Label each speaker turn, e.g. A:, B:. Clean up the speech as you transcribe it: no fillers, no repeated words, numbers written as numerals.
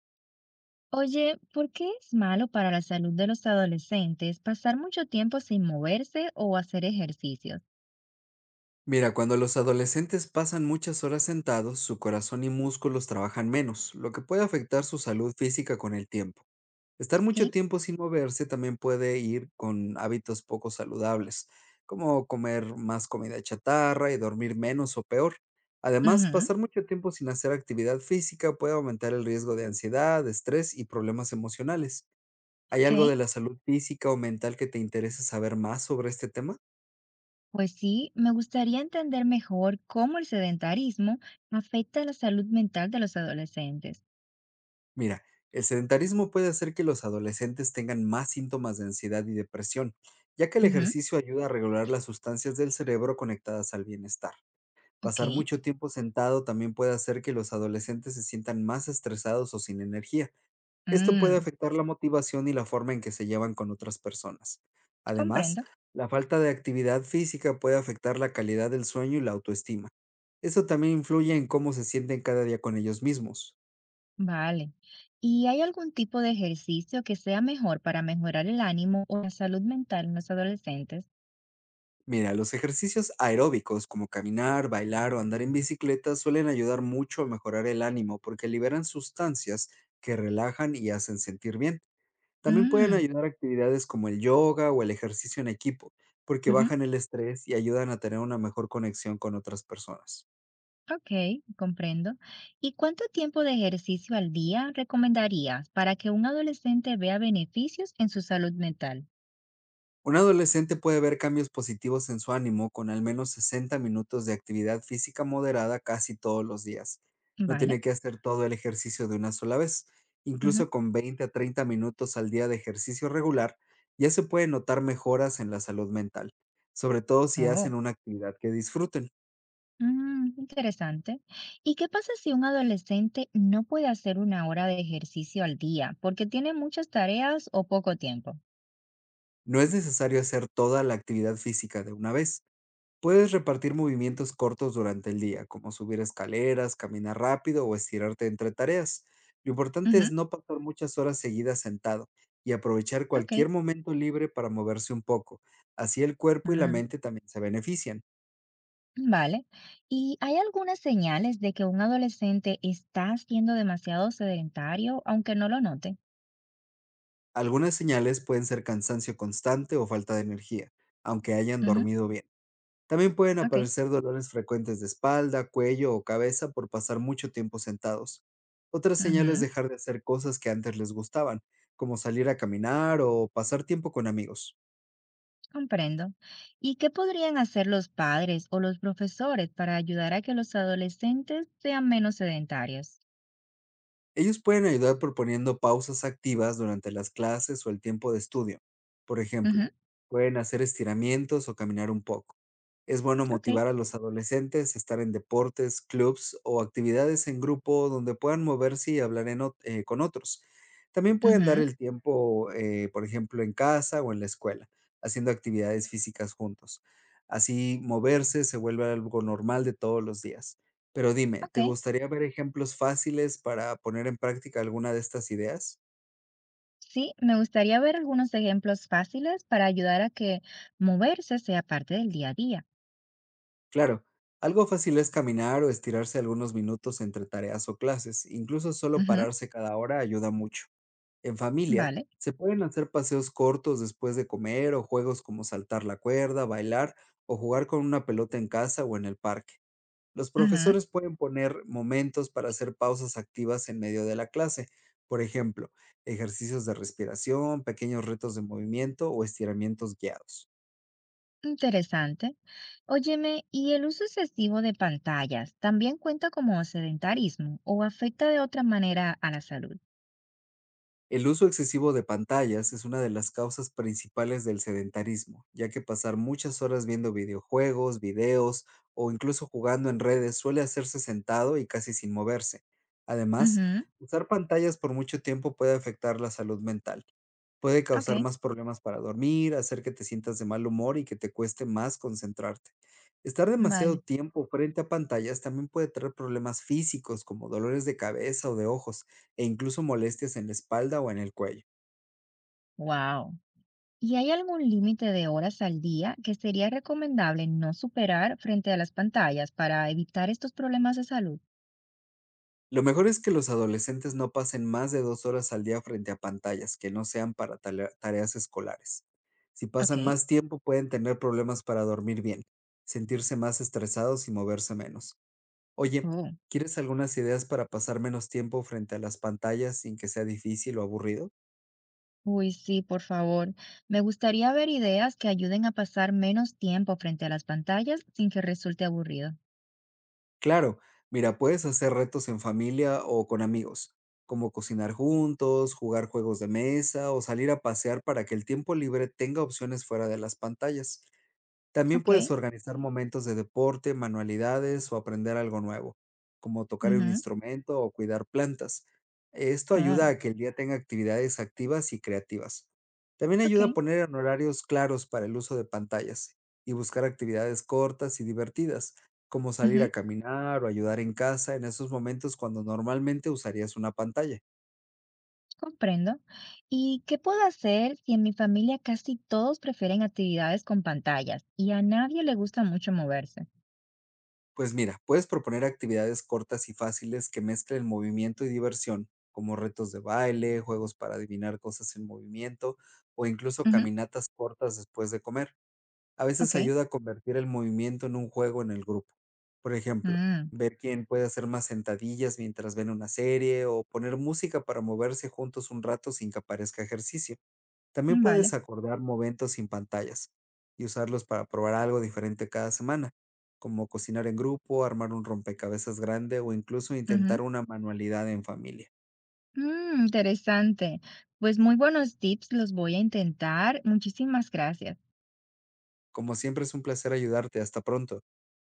A: Oye, ¿por qué es malo para la salud de los adolescentes pasar mucho tiempo sin moverse o hacer ejercicios?
B: Mira, cuando los adolescentes pasan muchas horas sentados, su corazón y músculos trabajan menos, lo que puede afectar su salud física con el tiempo. Estar mucho
A: Ok,
B: tiempo sin moverse también puede ir con hábitos poco saludables, como comer más comida chatarra y dormir menos o peor. Además,
A: ujú,
B: pasar mucho tiempo sin hacer actividad física puede aumentar el riesgo de ansiedad, estrés y problemas emocionales. ¿Hay
A: ok.
B: algo de la salud física o mental que te interese saber más sobre este tema?
A: Pues sí, me gustaría entender mejor cómo el sedentarismo afecta la salud mental de los adolescentes.
B: Mira, el sedentarismo puede hacer que los adolescentes tengan más síntomas de ansiedad y depresión, ya que el
A: Ujú,
B: ejercicio ayuda a regular las sustancias del cerebro conectadas al bienestar.
A: ok,
B: Pasar mucho tiempo sentado también puede hacer que los adolescentes se sientan más estresados o sin energía. Esto puede
A: mm,
B: afectar la motivación y la forma en que se llevan con otras personas. Además,
A: comprendo.
B: la falta de actividad física puede afectar la calidad del sueño y la autoestima. Eso también influye en cómo se sienten cada día con ellos mismos.
A: Vale. ¿Y hay algún tipo de ejercicio que sea mejor para mejorar el ánimo o la salud mental en los adolescentes?
B: Mira, los ejercicios aeróbicos como caminar, bailar o andar en bicicleta suelen ayudar mucho a mejorar el ánimo porque liberan sustancias que relajan y hacen sentir bien. También pueden
A: Mm,
B: ayudar actividades como el yoga o el ejercicio en equipo porque
A: ujú.
B: bajan el estrés y ayudan a tener una mejor conexión con otras personas.
A: Ok, comprendo. ¿Y cuánto tiempo de ejercicio al día recomendarías para que un adolescente vea beneficios en su salud mental?
B: Un adolescente puede ver cambios positivos en su ánimo con al menos 60 minutos de actividad física moderada casi todos los días. No
A: Vale.
B: tiene que hacer todo el ejercicio de una sola vez.
A: Ujú.
B: Incluso con 20 a 30 minutos al día de ejercicio regular, ya se pueden notar mejoras en la salud mental, sobre todo si hacen
A: Oh,
B: una actividad que disfruten.
A: interesante. ¿Y qué pasa si un adolescente no puede hacer una hora de ejercicio al día porque tiene muchas tareas o poco tiempo?
B: No es necesario hacer toda la actividad física de una vez. Puedes repartir movimientos cortos durante el día, como subir escaleras, caminar rápido o estirarte entre tareas. Lo importante es
A: Ujú,
B: no pasar muchas horas seguidas sentado y aprovechar
A: ok,
B: cualquier momento libre para moverse un poco. Así el cuerpo y la
A: mm,
B: mente también se benefician.
A: vale. ¿Y hay algunas señales de que un adolescente está siendo demasiado sedentario aunque no lo note?
B: Algunas señales pueden ser cansancio constante o falta de energía, aunque hayan
A: Ujú,
B: dormido bien. También pueden
A: ok.
B: aparecer dolores frecuentes de espalda, cuello o cabeza por pasar mucho tiempo sentados. Otra señal es
A: Ujú.
B: dejar de hacer cosas que antes les gustaban, como salir a caminar o pasar tiempo con amigos.
A: Comprendo. ¿Y qué podrían hacer los padres o los profesores para ayudar a que los adolescentes sean menos sedentarios?
B: Ellos pueden ayudar proponiendo pausas activas durante las clases o el tiempo de estudio. Por ejemplo,
A: Ujú,
B: pueden hacer estiramientos o caminar un poco. Es bueno
A: ok,
B: motivar a los adolescentes a estar en deportes, clubs o actividades en grupo donde puedan moverse y hablar con otros. También pueden dar
A: ujú,
B: el tiempo, por ejemplo, en casa o en la escuela, haciendo actividades físicas juntos. Así, moverse se vuelve algo normal de todos los días. Pero dime,
A: ok.
B: ¿te gustaría ver ejemplos fáciles para poner en práctica alguna de estas ideas?
A: Sí, me gustaría ver algunos ejemplos fáciles para ayudar a que moverse sea parte del día a día.
B: Claro, algo fácil es caminar o estirarse algunos minutos entre tareas o clases, incluso solo
A: Ujú,
B: pararse cada hora ayuda mucho. En familia,
A: vale.
B: se pueden hacer paseos cortos después de comer o juegos como saltar la cuerda, bailar o jugar con una pelota en casa o en el parque. Los
A: Ujú,
B: profesores pueden poner momentos para hacer pausas activas en medio de la clase, por ejemplo, ejercicios de respiración, pequeños retos de movimiento o estiramientos guiados.
A: interesante. Óyeme, ¿y el uso excesivo de pantallas también cuenta como sedentarismo o afecta de otra manera a la salud?
B: El uso excesivo de pantallas es una de las causas principales del sedentarismo, ya que pasar muchas horas viendo videojuegos, videos o incluso jugando en redes suele hacerse sentado y casi sin moverse. Además,
A: Ujú,
B: usar pantallas por mucho tiempo puede afectar la salud mental. Puede
A: ok,
B: causar más problemas para dormir, hacer que te sientas de mal humor y que te cueste más concentrarte. Estar demasiado
A: vale.
B: tiempo frente a pantallas también puede traer problemas físicos como dolores de cabeza o de ojos e incluso molestias en la espalda o en el cuello.
A: Wow. ¿Y hay algún límite de horas al día que sería recomendable no superar frente a las pantallas para evitar estos problemas de salud?
B: Lo mejor es que los adolescentes no pasen más de 2 horas al día frente a pantallas que no sean para tareas escolares. Si
A: Ok.
B: pasan más tiempo pueden tener problemas para dormir bien, sentirse más estresados y moverse menos. Oye,
A: Oh,
B: ¿quieres algunas ideas para pasar menos tiempo frente a las pantallas sin que sea difícil o aburrido?
A: uy, sí, por favor. Me gustaría ver ideas que ayuden a pasar menos tiempo frente a las pantallas sin que resulte aburrido.
B: Claro, mira, puedes hacer retos en familia o con amigos, como cocinar juntos, jugar juegos de mesa o salir a pasear para que el tiempo libre tenga opciones fuera de las pantallas. También
A: Ok,
B: puedes organizar momentos de deporte, manualidades o aprender algo nuevo, como tocar un
A: ujú,
B: instrumento o cuidar plantas. Esto
A: ah,
B: ayuda a que el día tenga actividades activas y creativas. También
A: ok.
B: ayuda a poner en horarios claros para el uso de pantallas y buscar actividades cortas y divertidas, como salir
A: Ujú,
B: a caminar o ayudar en casa en esos momentos cuando normalmente usarías una pantalla.
A: comprendo. ¿Y qué puedo hacer si en mi familia casi todos prefieren actividades con pantallas y a nadie le gusta mucho moverse?
B: Pues mira, puedes proponer actividades cortas y fáciles que mezclen movimiento y diversión, como retos de baile, juegos para adivinar cosas en movimiento o incluso
A: Ujú,
B: caminatas cortas después de comer. A
A: ok.
B: veces ayuda a convertir el movimiento en un juego en el grupo. Por ejemplo,
A: mm,
B: ver quién puede hacer más sentadillas mientras ven una serie o poner música para moverse juntos un rato sin que aparezca ejercicio. También
A: Vale.
B: puedes acordar momentos sin pantallas y usarlos para probar algo diferente cada semana, como cocinar en grupo, armar un rompecabezas grande o incluso intentar
A: Ujú.
B: una manualidad en familia.
A: Interesante. Pues muy buenos tips, los voy a intentar. Muchísimas gracias.
B: Como siempre es un placer ayudarte. Hasta pronto.